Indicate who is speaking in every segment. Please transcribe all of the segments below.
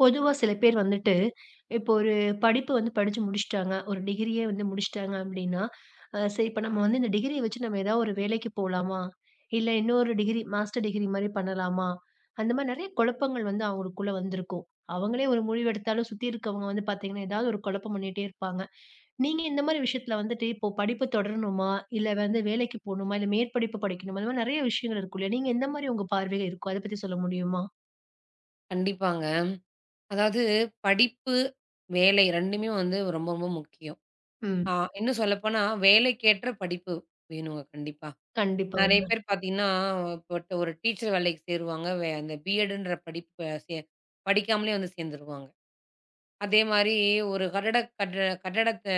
Speaker 1: பொதுவா சில பேர் வந்துட்டு, இப்போ ஒரு படிப்பு வந்து படிச்சு முடிச்சுட்டாங்க. ஒரு டிகிரியே வந்து முடிச்சுட்டாங்க அப்டின்னா, சரி இப்ப நம்ம வந்து இந்த டிகிரிய வச்சு நம்ம ஏதாவது ஒரு வேலைக்கு போலாமா? இல்ல இன்னொரு டிகிரி மாஸ்டர் டிகிரி மாரி பண்ணலாமா? அந்த மாரி நெறைய குழப்பங்கள் வந்து அவங்களுக்குள்ள வந்திருக்கும். அவங்களே ஒரு முடிவு எடுத்தாலும், சுத்தி இருக்கவங்க வந்து பார்த்தீங்கன்னா, ஏதாவது ஒரு குழப்பம் பண்ணிட்டே இருப்பாங்க. நீங்க இந்த மாரி விஷயத்துல வந்துட்டு, இப்போ படிப்பு தொடரணுமா? இல்ல வந்து வேலைக்கு போணுமா? இல்ல மேற்படிப்பு படிக்கணுமா? இந்த மாரி நெறைய விஷயங்கள் இருக்கும் இல்லையா? நீங்க எந்த மாரி உங்க பார்வை இருக்கும்? அத பத்தி சொல்ல முடியுமா?
Speaker 2: கண்டிப்பாங்க. அதாவது படிப்பு, வேலை 2மே வந்து ரொம்ப ரொம்ப முக்கியம்.
Speaker 1: ம்.
Speaker 2: ஆ இன்னும் சொல்லப்போனா வேலைக்கேற்ற படிப்பு வேணுங்க கண்டிப்பா.
Speaker 1: கண்டிப்பா.
Speaker 2: நெறைய பேர் பார்த்தீங்கன்னா, இப்ப ஒரு டீச்சர் வேலைக்கு சேருவாங்க. அந்த பிஎட்ன்ற படிப்பு படிக்காமலே வந்து சேர்ந்துருவாங்க. அதே மாரி ஒரு கட்டடத்த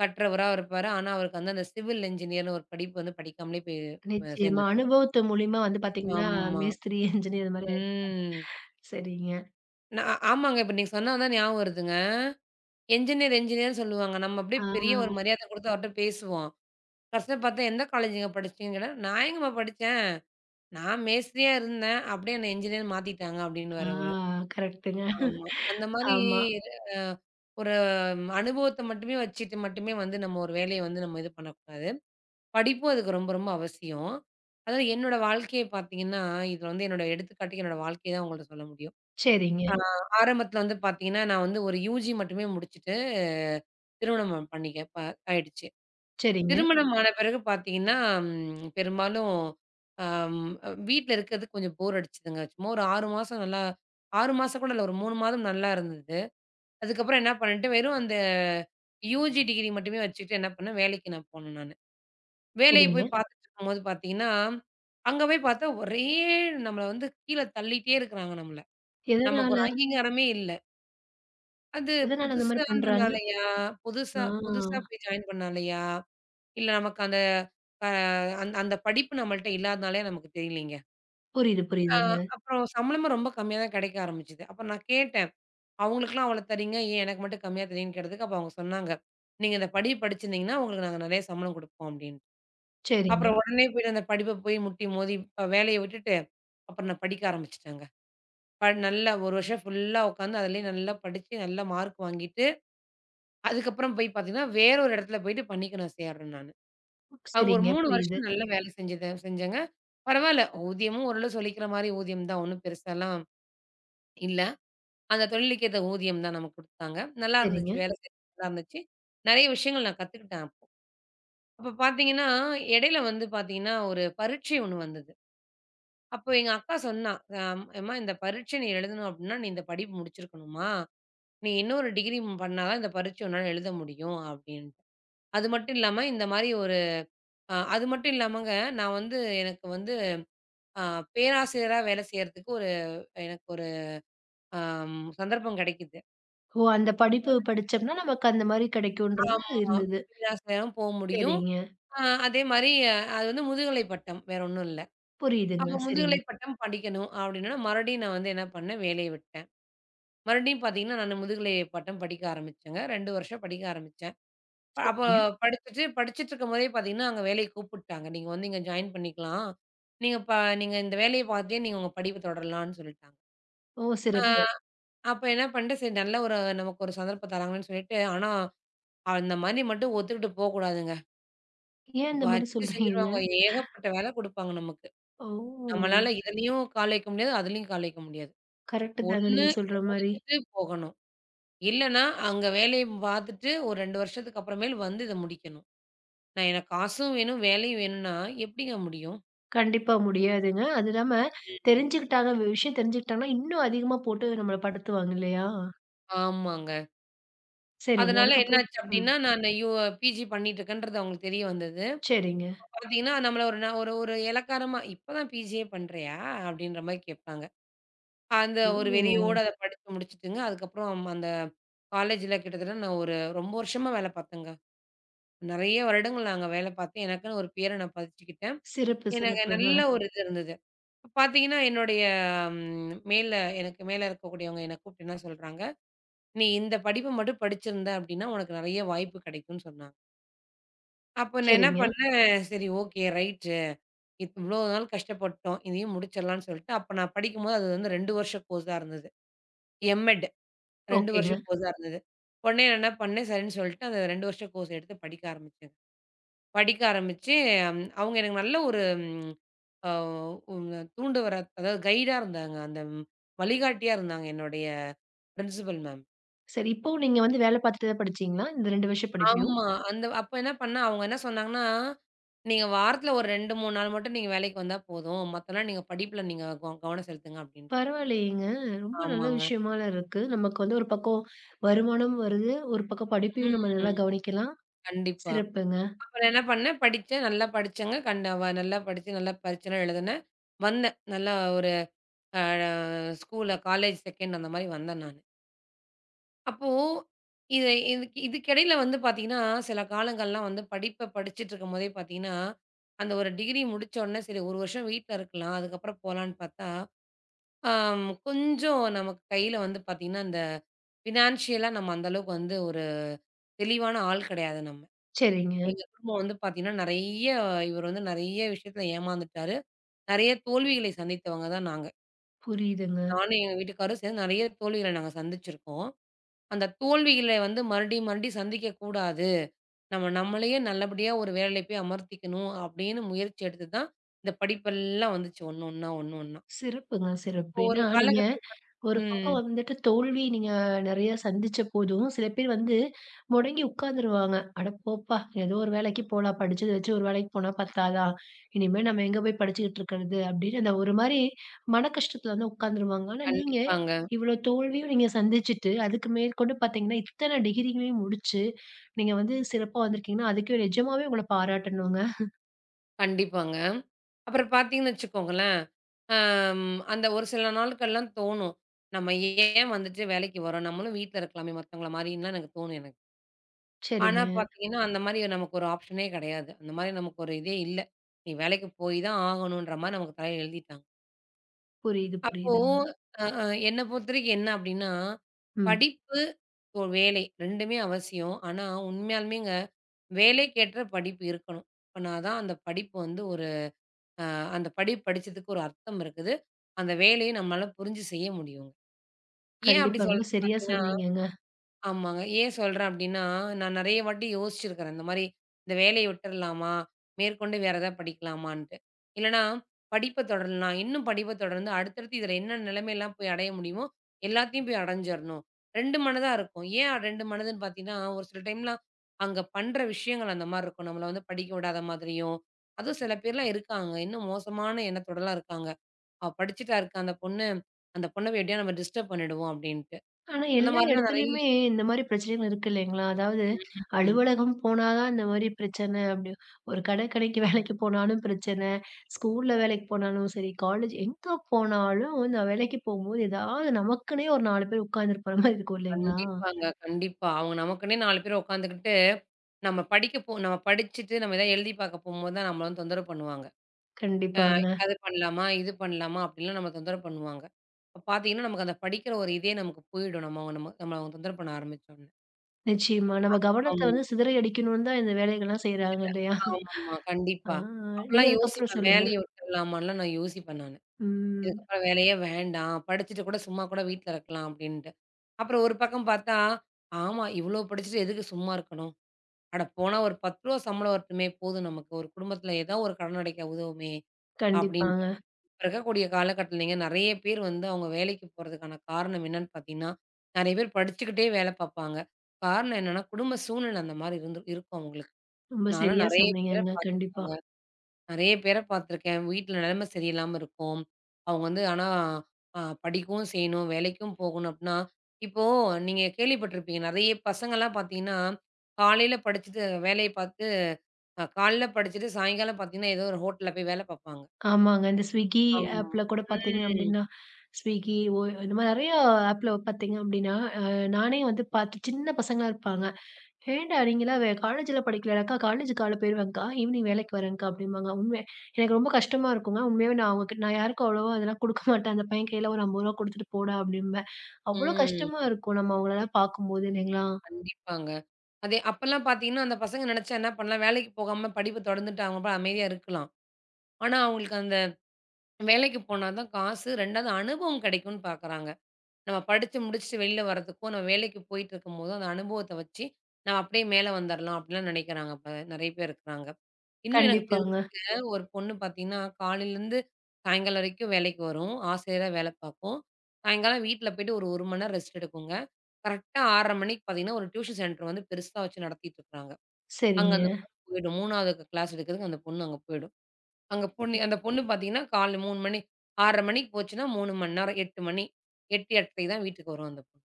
Speaker 2: கற்றவரா இருப்பாரு. ஆனா, அவருக்கு வந்து அந்த சிவில் என்ஜினியர்னு ஒரு படிப்பு வந்து படிக்காமலே போய்
Speaker 1: நிச்சயமா.
Speaker 2: சேர்ந்திருப்பாரு.
Speaker 1: அனுபவத்து மூலியமா வந்து பாத்தீங்கன்னா,
Speaker 2: ஆமா.
Speaker 1: மேஸ்திரி, என்ஜினியர் அது மாரி ஆயிடுவேன்.
Speaker 2: ம்.
Speaker 1: சரிங்க.
Speaker 2: நா ஆமாங்க. இப்ப நீங்க சொன்னா தான் ஞாபகம் வருதுங்க. என்ஜினியர் என்ஜினியர்ன்னு சொல்லுவாங்க. நம்ம அப்படியே
Speaker 1: ஆ,
Speaker 2: பெரிய ஒரு மரியாதை குடுத்து அவர்ட்ட பேசுவோம். கடைசில பார்த்தா, "எந்த காலேஜ்ங்க படிச்சீங்கன்னு கேட்டா, நான் எங்கம்மா படிச்சேன். நான் மேஸ்திரியா இருந்தேன். அப்படியே என்ன என்ஜினியர்ன்னு மாத்திட்டாங்க"
Speaker 1: ஆ
Speaker 2: அப்படின்னுவாரு அவரு.
Speaker 1: கரெக்ட்டுங்க.
Speaker 2: ஆமா. அந்த மாரி
Speaker 1: ஆமா.
Speaker 2: அ ஒரு அனுபவத்த மட்டுமே வச்சுட்டு வந்து நம்ம ஒரு வேலைய வந்து நம்ம இது பண்ணக்கூடாது. படிப்பும் அதுக்கு ரொம்ப ரொம்ப அவசியம். அதாவது என்னோட வாழ்க்கைய பார்த்தீங்கன்னா, இது வந்து என்னோட எடுத்துக்காட்டுக்கு என்னோட வாழ்க்கைய தான் உங்கள்ட்ட சொல்ல முடியும்.
Speaker 1: சரிங்க,
Speaker 2: ஆ ஆரம்பத்தில வந்து பார்த்தீங்கன்னா, நான் வந்து ஒரு யூஜி மட்டுமே முடிச்சுட்டு திருமணம் பண்ணிக்க ஆயிடுச்சு.
Speaker 1: சரிங்க,
Speaker 2: திருமணம். ஆன பிறகு பார்த்தீங்கன்னா, பெரும்பாலும் அம் வீட்ல இருக்கிறது கொஞ்சம் போர் அடிச்சுதுங்க. சும்மா ஒரு 6 மாசம் நல்லா 6 மாசம் கூட இல்ல. ஒரு 3 மாதம் நல்லா இருந்தது. அதுக்கப்புறம் என்ன பண்ணிட்டேன், வெறும் அந்த யுஜி டிகிரி மட்டுமே வச்சுக்கிட்டு என்ன பண்ணேன், வேலைக்கு நான் போனேன் நானு. வேலைய
Speaker 1: சரிங்க.
Speaker 2: போய். பார்த்துட்டு இருக்கும்போது பார்த்தீங்கன்னா, அங்க போய் பார்த்தா ஒரே நம்மள வந்து கீழ தள்ளிட்டே இருக்கிறாங்க நம்மள. நமக்கு
Speaker 1: எதனால
Speaker 2: ஒரு அங்கீகாரமே இல்ல. அது
Speaker 1: எதனால அந்த மாரி பண்றாங்க?
Speaker 2: புதுசான்றனாலயா, புதுசா புதுசா
Speaker 1: ஆ
Speaker 2: போய் ஜாயின் பண்ணாலயா? இல்ல நமக்கு அந்த அ அந் அந்த படிப்பு நம்மள்ட்ட இல்லாதனாலயா நமக்கு தெரியலீங்க.
Speaker 1: புரியுது,
Speaker 2: ஆ.
Speaker 1: புரியுதுங்க.
Speaker 2: அப்புறம் சம்பளமும் ரொம்ப கம்மியா தான் கிடைக்க ஆரம்பிச்சது. அப்ப நான் கேட்டேன். அவங்களுக்கெல்லாம் அவ்வளோ தர்றீங்க, ஏன் எனக்கு மட்டும் கம்மியா தர்றீங்கன்னு கேட்டதுக்கு, அப்ப அவங்க சொன்னாங்க, "நீங்க இந்த படிப்பு படிச்சிருந்தீங்கன்னா, உங்களுக்கு நாங்க நிறைய சம்பளம் குடுப்போம்" அப்படின்னு.
Speaker 1: சரிங்க,
Speaker 2: அப்புறம் உடனே போயிட்டு அந்த படிப்ப போய் முட்டி மோதி வேலைய விட்டுட்டு, அப்புறம் நான் படிக்க ஆரம்பிச்சுட்டேங்க. நல்லா 1 வருஷம் ஃபுல்லா உட்காந்து அதிலயே நல்லா படிச்சு, நல்ல மார்க் வாங்கிட்டு, அதுக்கப்புறம் போய் பார்த்தீங்கன்னா, வேற ஒரு இடத்துல போயிட்டு பணிக்கு நான் சேர்றேன் நானு. அங்க ஒரு
Speaker 1: சரிங்க.
Speaker 2: 3
Speaker 1: புரியுது.
Speaker 2: வருஷம் நல்லா வேலை செஞ்சேங்க. பரவால்ல. ஊதியமும் ஓரளவு சொல்லிக்கிற மாரி ஊதியம் தான். ஒண்ணும் பெருசாலாம் இல்ல. அந்த தொழிலுக்கு ஏத்த ஊதியம் தான் நமக்கு குடுத்தாங்க. நல்லா இருந்துச்சு.
Speaker 1: சரிங்க.
Speaker 2: வேலை செய்றது நல்லா இருந்துச்சு. நெறைய விஷயங்கள் நான் கத்துக்கிட்டேன் அப்போ. அப்ப பார்த்தீங்கன்னா, இடையில வந்து பார்த்தீங்கன்னா, ஒரு பரீட்சை ஒண்ணு வந்தது. அப்போ எங்க அக்கா சொன்னா, எம்மா இந்த பரீட்சை நீ எழுதணும் அப்டின்னா, நீ இந்த படிப்பு முடிச்சிருக்கணும்மா. நீ இன்னொரு டிகிரி பண்ணா தான் இந்த பரீட்சை உன்னால எழுத முடியும்" அப்டின்ட்டு. அது மட்டும் இல்லாம இந்த மாரி ஒரு அ அது மட்டும் இல்லாமங்க, நான் வந்து எனக்கு வந்து ஆ பேராசிரியரா வேலை செய்றதுக்கு ஒரு எனக்கு ஒரு சந்தர்ப்பம் கிடைக்குது.
Speaker 1: ஓ! அந்த படிப்பு படிச்சோம்னா, நமக்கு அந்த மாரி கிடைக்கும்ன்றது
Speaker 2: ஆமா.
Speaker 1: இருந்தது.
Speaker 2: பேராசிரியராவும் முடியும்.
Speaker 1: சரிங்க.
Speaker 2: அ அதே மாரி அது வந்து முதுகலை பட்டம், வேற ஒண்ணும் இல்ல.
Speaker 1: புரியுதுங்க.
Speaker 2: அப்ப
Speaker 1: சரிங்க,
Speaker 2: முதுகலை பட்டம் படிக்கணும் அப்டின்னா, மறுபடியும் நான் வந்து என்ன பண்ணேன், வேலைய விட்டேன். மறுபடியும் பார்த்தீங்கன்னா, நான் முதுகலை பட்டம் படிக்க ஆரம்பிச்சேங்க. 2 வருஷம் படிக்க ஆரம்பிச்சேன். அப்ப
Speaker 1: சரிங்க.
Speaker 2: படிச்சுட்டு படிச்சுட்டுருக்கும் போதே பார்த்தீங்கன்னா, அங்க வேலைக்கு கூப்பிட்டாங்க. நீங்க வந்து இங்க ஜாயின் பண்ணிக்கலாம். நீங்க ப நீங்க இந்த வேலைய பார்த்துட்டே நீங்க உங்க படிப்பு தொடரலாம்னு சொல்லிட்டாங்க.
Speaker 1: ஓ!
Speaker 2: ஆ
Speaker 1: சிறப்பு.
Speaker 2: அப்ப என்ன பண்ணிட்டேன், சரி நல்ல ஒரு நமக்கு ஒரு சந்தர்ப்பம் தராங்கன்னு சொல்லிட்டு, ஆனா அந்த மாரி மட்டும் ஒத்துக்கிட்டு போக்கூடாதுங்க.
Speaker 1: ஏன் இந்த மாரி
Speaker 2: வச்சு
Speaker 1: சொல்றீங்க?
Speaker 2: செஞ்சுருவாங்க. ஏகப்பட்ட வேல குடுப்பாங்க நமக்கு.
Speaker 1: ஓ!
Speaker 2: நம்மளால இதுலயும் கால் வைக்க முடியாது, அதுலயும் கால் வைக்க முடியாது.
Speaker 1: கரெக்ட்டு தாங்க
Speaker 2: ஒண்ணு
Speaker 1: நீங்க
Speaker 2: இத
Speaker 1: சொல்ற மாரி.
Speaker 2: முடிச்சுட்டு போகணும். இல்லன்னா, அங்க வேலைய பாத்துட்டு ஒரு 2 வருஷத்துக்கு அப்புறமேல் வந்து இத முடிக்கணும். நான் எனக்கு காசும் வேணும், வேலையும் வேணும்னா எப்படிங்க முடியும்?
Speaker 1: கண்டிப்பா முடியாதுங்க. அது இல்லாம
Speaker 2: ம்.
Speaker 1: தெரிஞ்சுக்கிட்டாங்க ஒரு விஷயம் தெரிஞ்சுக்கிட்டாங்கன்னா, இன்னும் அதிகமா போட்டு நம்மள படுத்துவாங்க இல்லையா?
Speaker 2: ஆமாங்க.
Speaker 1: சரிங்க.
Speaker 2: அதனால
Speaker 1: அதுக்கப்புறம்
Speaker 2: என்னாச்சு
Speaker 1: ம்.
Speaker 2: அப்படின்னா, நான் யு பிஜி பண்ணிட்டு இருக்கேன்றது அவங்களுக்கு தெரிய வந்தது.
Speaker 1: சரிங்க.
Speaker 2: பார்த்தீங்கன்னா, நம்மள ஒரு ந ஒரு ஒரு எளக்காரமா, "இப்பதான் பிஜியே பண்றியா?" அப்படின்ற மாரி கேட்பாங்க. அந்த ஒரு வெறியோட
Speaker 1: ஓ!
Speaker 2: அத படிச்சு முடிச்சுட்டுங்க, அதுக்கப்புறம் அந்த காலேஜ்ல கிட்டத்தட்ட நான் ஒரு ரொம்ப வருஷமா வேல பார்த்தேங்க. நெறைய வருடங்கள் நான் அங்க வேல பார்த்தேன். எனக்குன்னு ஒரு பேர நான் பதிச்சுக்கிட்டேன்.
Speaker 1: சிறப்பு,
Speaker 2: எனக்கு
Speaker 1: சிறப்புங்க.
Speaker 2: நல்ல ஒரு இது இருந்தது. பார்த்தீங்கன்னா, என்னுடைய மேல எனக்கு மேல இருக்கக்கூடியவங்க என்ன கூப்பிட்டு என்ன சொல்றாங்க, "நீ இந்த படிப்ப மட்டும் படிச்சிருந்த அப்படின்னா, உனக்கு நெறைய வாய்ப்பு கெடைக்கும்னு" சொன்னாங்க. அப்ப நான் என்ன
Speaker 1: சரிங்க.
Speaker 2: பண்ணேன், "சரி ஓகே ரைட்." இவ்ளோ நாள் கஷ்டப்பட்டோம். இதையும் முடிச்சிடலான்னு சொல்லிட்டு, அப்ப நான் படிக்கும்போது அது வந்து 2 வருஷ கோர்ஸா இருந்தது. எம்.எட் 2
Speaker 1: ஓகேங்க.
Speaker 2: வருஷ கோர்ஸா இருந்தது. உடனே நான் என்ன பண்ணேன், சரின்னு சொல்லிட்டு அந்த 2 வருஷ கோர்ஸ் எடுத்து படிக்க ஆரம்பிச்சேன். படிக்க ஆரம்பிச்சு, அவங்க எனக்கு நல்ல ஒரு ம் அ தூண்டு வர அதாவது கைடா இருந்தாங்க. அந்த வழிகாட்டியா இருந்தாங்க என்னுடைய பிரின்சிபல் மேம்.
Speaker 1: சரி இப்பவும் நீங்க வந்து வேலை பார்த்துட்டு தான் படிச்சீங்களா? இந்த 2 வருஷ படிப்பையும்?
Speaker 2: ஆமா. அப்ப என்ன பண்ணேன், அவங்க என்ன சொன்னாங்கன்னா, "நீங்க வாரத்துல ஒரு 2, 3 நாள் மட்டும் நீங்க வேலைக்கு வந்தா போதும். மத்த நாள் நீங்க படிப்புல நீங்க கவனம் செலுத்துங்க" அப்படின்னு.
Speaker 1: பரவாயில்லையேங்க. ரொம்ப நல்ல
Speaker 2: ஆமாங்க.
Speaker 1: விஷயமால இருக்கு. நமக்கு வந்து ஒரு பக்கம் வருமானம் வருது. ஒரு பக்கம் படிப்பையும் நம்ம நல்லா
Speaker 2: ம்.
Speaker 1: கவனிக்கலாம்.
Speaker 2: கண்டிப்பா.
Speaker 1: சிறப்புங்க.
Speaker 2: அப்புறம் என்ன பண்ணேன், படிச்சேன். நல்லா படிச்சேங்க. கண் வ நல்லா படிச்சு, நல்லா பரீட்சைலாம் எழுதினேன். வந்தேன். நல்லா ஒரு அ ஸ்கூல்ல காலேஜ் 2ண்ட் அந்த மாரி வந்தேன் நானு. அப்போ இதுக்கிடையில வந்து பார்த்தீங்கன்னா, சில காலங்கள்லாம் வந்து படிப்ப படிச்சுட்டுருக்கும்போதே பார்த்தீங்கன்னா, அந்த ஒரு டிகிரி முடிச்ச உடனே சரி 1 வருஷம் வீட்ல இருக்கலாம். அதுக்கப்புறம் போலான்னு பார்த்தா, கொஞ்சம் நமக்கு கையில வந்து பார்த்தீங்கன்னா, இந்த ஃபினான்ஷியலா நம்ம அந்த அளவுக்கு வந்து ஒரு தெளிவான ஆள் கிடையாது நம்ம.
Speaker 1: சரிங்க.
Speaker 2: எங்க குடும்பம் வந்து பார்த்தீங்கன்னா, நெறைய இவர் வந்து நெறைய விஷயத்துல ஏமாந்துட்டாரு. நெறைய தோல்விகளை சந்தித்தவங்க தான் நாங்க.
Speaker 1: புரியுதுங்க.
Speaker 2: நானும் எங்க வீட்டுக்காரும் சேர்ந்து நெறைய தோல்விகள நாங்க சந்திச்சிருக்கோம். அந்த தோல்விகள வந்து மறுபடியும் மறுபடியும் சந்திக்க கூடாது. நம்ம நம்மளையே நல்லபடியா ஒரு வேலையில போய் அமர்த்திக்கணும் அப்படின்னு முயற்சி எடுத்து தான் இந்த படிப்பெல்லாம் வந்துச்சு ஒண்ணு ஒண்ணா, ஒண்ணு ஒண்ணா.
Speaker 1: சிறப்புங்க, சிறப்பு.
Speaker 2: ஒரு
Speaker 1: ஏன்னா நீங்க
Speaker 2: காலகட்டத்துல.
Speaker 1: ஒரு
Speaker 2: ம்.
Speaker 1: பக்கம் வந்துட்டு தோல்வி நீங்க நெறைய சந்திச்ச போதும், சில பேர் வந்து முடங்கி உட்கார்ந்துருவாங்க. "அட போப்பா! ஏதோ ஒரு வேலைக்கு போலாம். படிச்சத வச்சு ஒரு வேலைக்கு போனா பத்தாதா? இனிமே நம்ம எங்க போய் படிச்சுக்கிட்டு இருக்கிறது?" அப்படின்னு அந்த ஒரு மாரி மன கஷ்டத்துல வந்து உட்கார்ந்துருவாங்க. ஆனா நீங்க
Speaker 2: கண்டிப்பாங்க,
Speaker 1: இவ்வளோ தோல்வியும் நீங்க சந்திச்சுட்டு, அதுக்கு மேற்கொண்டு பார்த்தீங்கன்னா, இத்தன டிகிரிங்களையும் முடிச்சு, நீங்க வந்து சிறப்பா வந்திருக்கீங்கன்னா, அதுக்கு நிஜமாவே உங்கள பாராட்டணுங்க.
Speaker 2: கண்டிப்பாங்க. அப்புறம் பார்த்தீங்கன்னு வச்சுக்கோங்களேன், அந்த ஒரு சில நாட்கள்லாம் தோணும். நம்ம ஏன் வந்துட்டு வேலைக்கு வரோம்? நம்மளும் வீட்ல இருக்கலாமே மத்தவங்கள மாரின்லாம் எனக்கு தோணும் எனக்கு. ஆனா
Speaker 1: சரிங்க.
Speaker 2: பார்த்தீங்கன்னா, அந்த மாரி நமக்கு ஒரு ஆப்ஷனே கிடையாது. அந்த மாரி நமக்கு ஒரு இதே இல்ல. நீ வேலைக்கு போய் தான் ஆகணுன்ற மாரி நமக்கு தலையில எழுதிட்டாங்க.
Speaker 1: புரியுது,
Speaker 2: அப்போ
Speaker 1: புரியுதுங்க.
Speaker 2: அ அ என்ன பொறுத்தவரைக்கும் என்ன அப்டின்னா,
Speaker 1: ம்.
Speaker 2: படிப்பு, வேலை 2மே அவசியம். ஆனா உண்மையாலுமேங்க வேலைக்கேற்ற படிப்பு இருக்கணும். அப்பனா தான் அந்த படிப்பு வந்து ஒரு அந்த படி படிச்சதுக்கு ஒரு அர்த்தம் இருக்குது. அந்த வேலையும் நம்மளால புரிஞ்சு செய்ய முடியுங்க. ஏன் அப்படி
Speaker 1: கண்டிப்பா. ரொம்ப
Speaker 2: சொல்றேன்னு
Speaker 1: சரியா
Speaker 2: பார்த்தீங்கன்னா
Speaker 1: சொன்னீங்கங்க.
Speaker 2: ஆமாங்க. ஏன் சொல்றேன் அப்படின்னா, நான் நெறைய வாட்டி யோசிச்சிருக்கிறேன். இந்த மாரி இந்த வேலைய விட்டுறலாமா? மேற்கொண்டு வேற ஏதாவது படிக்கலாமான்ட்டு. இல்லன்னா படிப்ப தொடரலாம். இன்னும் படிப்ப தொடர்ந்து அடுத்தடுத்து இதுல என்ன நிலைமைலாம் போய் அடைய முடியுமோ, எல்லாத்தையும் போய் அடைஞ்சிறணும். 2 மனதா இருக்கும். ஏன் 2 மனதுன்னு பார்த்தீங்கன்னா, ஒரு சில டைம்லாம் அங்க பண்ற விஷயங்கள் அந்த மாரி இருக்கும். நம்மள வந்து படிக்க விடாத மாதிரியும், அதுவும் சில பேர்லாம் இருக்காங்க. இன்னும் மோசமான எண்ணத்தோடலாம் இருக்காங்க. அவ படிச்சுட்டா இருக்கா அந்த பொண்ணு. அந்த பொண்ண எப்படியா நம்ம டிஸ்டர்ப் பண்ணிடுவோம் அப்டின்ட்டு.
Speaker 1: ஆனா,
Speaker 2: அந்த
Speaker 1: எல்லா
Speaker 2: மாரிலாம் நெறைய.
Speaker 1: இடத்துலயுமே இந்த மாரி பிரச்சனைகள் இருக்கு இல்லைங்களா? அதாவது
Speaker 2: ம்.
Speaker 1: அலுவலகம் போனா தான் இந்த மாரி பிரச்சனை அப்படி ஒரு கடற்கரைக்கு வேலைக்கு போனாலும் பிரச்சனை, ஸ்கூல்ல வேலைக்கு போனாலும் சரி, காலேஜ் எங்க போனாலும் இந்த வேலைக்கு போகும்போது ஏதாவது நமக்குன்னே ஒரு 4 பேர் உட்கார்ந்திருப்பாங்க மாரி இருக்கும் இல்லைங்களா?
Speaker 2: கண்டிப்பாங்க. கண்டிப்பா. அவங்க நமக்குன்னே 4 பேர் உட்காந்துக்கிட்டு, நம்ம படிக்க நம்ம படிச்சுட்டு நம்ம ஏதாவது எழுதி பார்க்க போம்போது தான் நம்மள வந்து தொந்தரவு பண்ணுவாங்க. அ
Speaker 1: கண்டிப்பாங்க.
Speaker 2: அது பண்ணலாமா? இது பண்ணலாமா? அப்டின்லாம் நம்ம தொந்தரவு பண்ணுவாங்க. அப்ப பார்த்தீங்கன்னா, நமக்கு அந்த படிக்கிற ஒரு இதே நமக்கு போயிடும். நம்ம அவங்க நம்ம நம்மள அவங்க தொந்தரவு பண்ண ஆரம்பிச்சோனே.
Speaker 1: நிச்சயமா. நம்ம கவனத்த
Speaker 2: ஆமா.
Speaker 1: வந்து சிதறடிக்கணும்னு தான் இந்த வேலைகள்லாம் செய்றாங்க இல்லையா?
Speaker 2: ஆமாமா.
Speaker 1: ஆ
Speaker 2: கண்டிப்பா.
Speaker 1: நீங்க
Speaker 2: அப்பலாம்
Speaker 1: அதுக்கப்புறம்
Speaker 2: யோசிப்பேன்.
Speaker 1: சொல்லுங்க.
Speaker 2: வேலைய விட்டுரலாமான்லாம் நான் யோசிப்பேன் நானு.
Speaker 1: ம்.
Speaker 2: இதுக்கப்புறம் வேலையே வேண்டாம். படிச்சுட்டு கூட சும்மா கூட வீட்ல இருக்கலாம் அப்டின்ட்டு. அப்புறம் ஒரு பக்கம் பார்த்தா, ஆமா இவ்ளோ படிச்சுட்டு எதுக்கு சும்மா இருக்கணும்? அட போனா ஒரு ரூ. 10 சம்பளம் வரட்டுமே போதும் நமக்கு. ஒரு குடும்பத்தில ஏதோ ஒரு கடன் அடைக்க உதவுமே அப்டின்ட்டு.
Speaker 1: கண்டிப்பாங்க.
Speaker 2: இப்ப இருக்கக்கூடிய காலகட்டத்துலங்க நெறைய பேர் வந்து அவங்க வேலைக்கு போறதுக்கான காரணம் என்னன்னு பார்த்தீங்கன்னா, நெறைய பேர் படிச்சுக்கிட்டே வேல பார்ப்பாங்க. காரணம் என்னன்னா, குடும்ப சூழ்நிலை அந்த மாரி இருந்து இருக்கும் அவங்களுக்கு.
Speaker 1: ரொம்ப
Speaker 2: நான்லாம்
Speaker 1: சரியா
Speaker 2: நெறைய பேர
Speaker 1: சொன்னீங்கங்க. கண்டிப்பா.
Speaker 2: பார்த்துருக்கேங்க. நெறைய பேர பார்த்துருக்கேன். வீட்ல நிலைமை சரியில்லாம இருக்கும். அவங்க வந்து ஆனா, படிக்கவும் செய்யணும், வேலைக்கும் போகணும் அப்டின்னா, இப்போ நீங்க கேள்விப்பட்டிருப்பீங்க. நெறைய பசங்கள்லாம் பார்த்தீங்கன்னா, காலையில படிச்சுட்டு வேலைய பார்த்து காலைல படிச்சுட்டு சாயங்காலம் பார்த்தீங்கன்னா, ஏதோ ஒரு ஹோட்டல்ல போய் வேல பார்ப்பாங்க.
Speaker 1: ஆமாங்க. இந்த Swiggy
Speaker 2: ஆமா.
Speaker 1: ஆப்ல கூட பார்த்தீங்க
Speaker 2: ம்.
Speaker 1: அப்டின்னா, Swiggy, ஓய் இந்த மாரி நெறைய ஆப்ல பார்த்தீங்க அப்டின்னா, அ நானே வந்து பார்த்து சின்ன பசங்களா இருப்பாங்க. "ஏன்டா நீங்கலாம் வே காலேஜ்ல படிக்கலயாக்கா? காலேஜுக்கு காலைல போயிருவேன்க்கா, ஈவினிங் வேலைக்கு வரேன்க்கா" அப்டிம்பாங்க. உண்மையா எனக்கு ரொம்ப கஷ்டமா இருக்குங்க. உண்மையாவே நான் அவங்ககிட்ட நான் யாருக்கும் அவ்வளவா அதெல்லாம் குடுக்க மாட்டேன். அந்த பையன் கையில ஒரு ரூ. 50 குடுத்துட்டு போடா அப்டிம்பேன். அவ்ளோ
Speaker 2: ம்.
Speaker 1: கஷ்டமா இருக்கும் நம்ம அவங்களலாம் பார்க்கும்போது இல்லைங்களா?
Speaker 2: கண்டிப்பாங்க. அதே அப்பலாம் பார்த்தீங்கன்னா, அந்த பசங்க நெனச்சா என்ன பண்ணலாம், வேலைக்கு போகாம படிப்பு தொடர்ந்துட்டு அவங்க பாட்டுக்கு அமைதியா இருக்கலாம். ஆனா, அவங்களுக்கு அந்த வேலைக்கு போனா தான் காசு, 2வது அனுபவம் கிடைக்கும்னு பார்க்குறாங்க. நம்ம படிச்சு முடிச்சுட்டு வெளில வரதுக்கும், நம்ம வேலைக்கு போயிட்டு இருக்கும்போதும், அந்த அனுபவத்த வச்சு, நம்ம அப்படியே மேல வந்துரலாம் அப்படிலாம் நினைக்கிறாங்க இப்ப நெறைய பேர் இருக்கிறாங்க. இன்னும் எனக்கு தெரிஞ்சு
Speaker 1: கண்டிப்பாங்க.
Speaker 2: ஒரு பொண்ணு பார்த்தீங்கன்னா, காலையிலேருந்து சாயங்காலம் வரைக்கும் வேலைக்கு வரும். ஆசிரியரா வேலை பார்க்கும். சாயங்காலம் வீட்ல போயிட்டு ஒரு 1 மணி நேரம் ரெஸ்ட் எடுக்குங்க. கரெக்ட்டா 6:30 மணிக்கு பார்த்தீங்கன்னா, ஒரு டியூஷன் சென்டர் வந்து பெருசா வச்சு நடத்திட்டு இருக்காங்க. அங்க அந்த
Speaker 1: சரிங்க.
Speaker 2: பொண்ணு போயிடும். 3வது கிளாஸ் எடுக்கிறதுக்கு அந்த பொண்ணு அங்க போயிடும். அங்க பொண்ணு அந்த பொண்ணு பார்த்தீங்கன்னா, காலைல 3 மணி 6:30 மணிக்கு போச்சுன்னா 3 மணி நேரம் 8 மணி. 8, 8:30க்கு தான் வீட்டுக்கு வரும் அந்த பொண்ணு.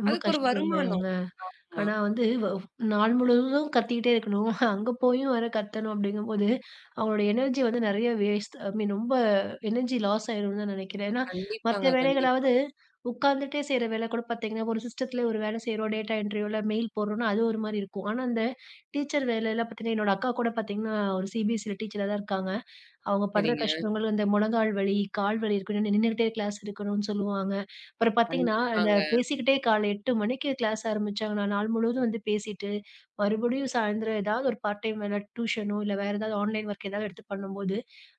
Speaker 1: ரொம்ப
Speaker 2: அதுக்கு ஒரு. ம்.
Speaker 1: கஷ்டம்
Speaker 2: வருமானம்.
Speaker 1: இல்லையாங்க?
Speaker 2: ஆமா.
Speaker 1: ஆனா வந்து நாள் முழுவதும் கத்திக்கிட்டே இருக்கணும். அங்க போயும் வேற கத்தணும் அப்படிங்கும்போது, அவங்களோட எனர்ஜி வந்து நெறைய வேஸ்ட் ஐ மீன் ரொம்ப எனர்ஜி லாஸ் ஆயிரும்னு தான் நெனைக்கிறேன். ஏன்னா,
Speaker 2: கண்டிப்பாங்க,
Speaker 1: மத்த
Speaker 2: கண்டிப்பா.
Speaker 1: வேலைகளாவது உட்கார்ந்துட்டே செய்ற வேலை கூட பார்த்தீங்கன்னா, ஒரு சிஸ்டத்துல ஒரு வேலை செய்றோம். டேட்டா என்ட்ரியோல மெயில் போடுறோம்னா, அது ஒரு மாரி இருக்கும். ஆனா, அந்த டீச்சர் வேலையில பார்த்தீங்கன்னா, என்னோட அக்கா கூட பார்த்தீங்கன்னா, ஒரு சிபிஎஸ்சில டீச்சரா தான் இருக்காங்க. அவங்க படுற
Speaker 2: சரிங்க.
Speaker 1: கஷ்டங்கள் இந்த முழங்கால் வலி, கால் வலி இருக்குன்னு நின்னுகிட்டே கிளாஸ் எடுக்கணும்னு சொல்லுவாங்க. அப்புறம் பார்த்தீங்கன்னா, அந்த
Speaker 2: கண்டிப்பாங்க.
Speaker 1: பேசிக்கிட்டே காலை 8 மணிக்கு கிளாஸ் ஆரம்பிச்சாங்கன்னா, நாள் முழுவதும் வந்து பேசிட்டு, மறுபடியும் சாயந்தரம் ஏதாவது ஒரு பார்ட் டைம் வேல டியூஷனோ, இல்ல வேற ஏதாவது ஆன்லைன் ஒர்க் ஏதாவது எடுத்து பண்ணும்போது,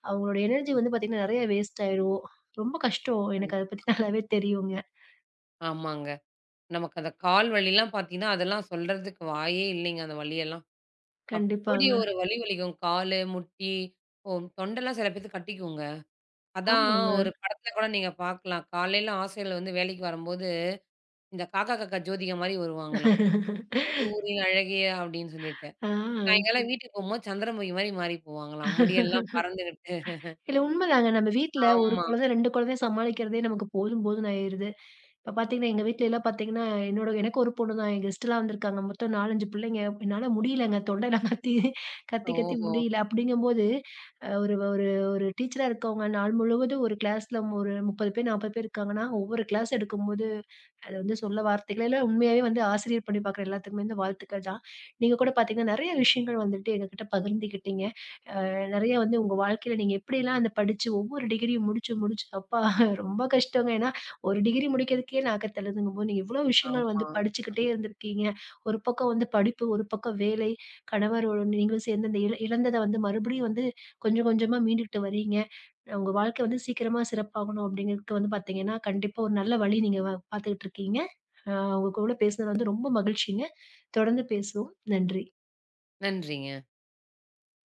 Speaker 1: அவங்களோட எனர்ஜி வந்து பார்த்தீங்கன்னா, நெறைய வேஸ்ட் ஆயிரும். ரொம்ப கஷ்டம். எனக்கு அத
Speaker 2: கண்டிப்பா.
Speaker 1: பத்தி நல்லாவே தெரியுங்க.
Speaker 2: ஆமாங்க. நமக்கு அந்த கால் வலிலாம் பார்த்தீங்கன்னா, அதெல்லாம் சொல்றதுக்கு வாயே இல்லைங்க அந்த வலியெல்லாம். அப்படி
Speaker 1: கண்டிப்பாங்க.
Speaker 2: ஒரு வலி வலிக்கும். காலு, முட்டி, ஓ தொண்டெல்லாம் சில பேத்துக்கு கட்டிக்குங்க. அதான்
Speaker 1: ஆமாங்க.
Speaker 2: ஒரு படத்துல கூட நீங்க பார்க்கலாம். காலையில ஆசிரியர்கள் வந்து வேலைக்கு வரும்போது, இந்த காக்கா காக்கா ஜோதிகா மாரி வருவாங்களாம். "சூரியன் அழகே" அப்படின்னு சொல்லிட்டு.
Speaker 1: ஆ.
Speaker 2: சாயங்காலம் வீட்டுக்கு போம்போது சந்திரமுகி மாரி மாறி போவாங்களாம். முடியெல்லாம் பறந்துகிட்டு.
Speaker 1: இல்ல உண்மதாங்க. நம்ம வீட்ல 1
Speaker 2: ஆமா.
Speaker 1: குழந்தை, 2 குழந்தைய சமாளிக்கிறதே நமக்கு போதும் போதும்ன்னு ஆயிருது. இப்ப பாத்தீங்கன்னா, எங்க வீட்ல எல்லாம் பாத்தீங்கன்னா, என்னோட எனக்கு ஒரு பொண்ணு தான். என் கெஸ்ட்லாம் வந்திருக்காங்க. மொத்தம் 4, 5 பிள்ளைங்க. என்னால முடியலங்க. தொண்டையில கத்தி கத்தி கத்தி
Speaker 2: ஓஹோ!
Speaker 1: முடியல. அப்படிங்கும்போது, ஒரு ஒரு ஒரு டீச்சரா இருக்கவங்க நாள் முழுவதும் ஒரு கிளாஸ்ல ஒரு 30 பேர், 40 பேர் இருக்காங்கன்னா, ஒவ்வொரு கிளாஸ் எடுக்கும்போது, அது வந்து சொல்ல வார்த்தைகளே இல்ல. உண்மையாவே வந்து ஆசிரியர் பணி பாக்குற எல்லாத்துக்குமே வந்து வாழ்த்துக்கள் தான். நீங்க கூட பாத்தீங்கன்னா, நெறைய விஷயங்கள் வந்துட்டு எங்ககிட்ட பகிர்ந்துக்கிட்டீங்க. நிறைய வந்து உங்க வாழ்க்கையில நீங்க எப்படிலாம் அந்த படிச்சு ஒவ்வொரு டிகிரியும் முடிச்சு முடிச்சு அப்பா ரொம்ப கஷ்டங்க. ஏன்னா, ஒரு டிகிரி முடிக்கிறதுக்கே நாக்க தள்ளுதுங்கும்போது, நீங்க இவ்வளோ விஷயங்கள் வந்து
Speaker 2: ஆமா.
Speaker 1: படிச்சுக்கிட்டே இருந்திருக்கீங்க. ஒரு பக்கம் வந்து படிப்பு, ஒரு பக்கம் வேலை, கணவரோட நீங்களும் சேர்ந்து அந்த இழந்தத வந்து மறுபடியும் வந்து கொஞ்சம் கொஞ்சமா மீண்டுகிட்டு வரீங்க. உங்க வாழ்க்கை வந்து சீக்கிரமா சிறப்பாகணும் அப்படிங்கிறதுக்கு வந்து பார்த்தீங்கன்னா, கண்டிப்பா ஒரு நல்ல வழி நீங்க பார்த்துக்கிட்டு இருக்கீங்க. அ உங்க கூட பேசினது வந்து ரொம்ப மகிழ்ச்சிங்க. தொடர்ந்து பேசுவோம். நன்றி.
Speaker 2: நன்றிங்க.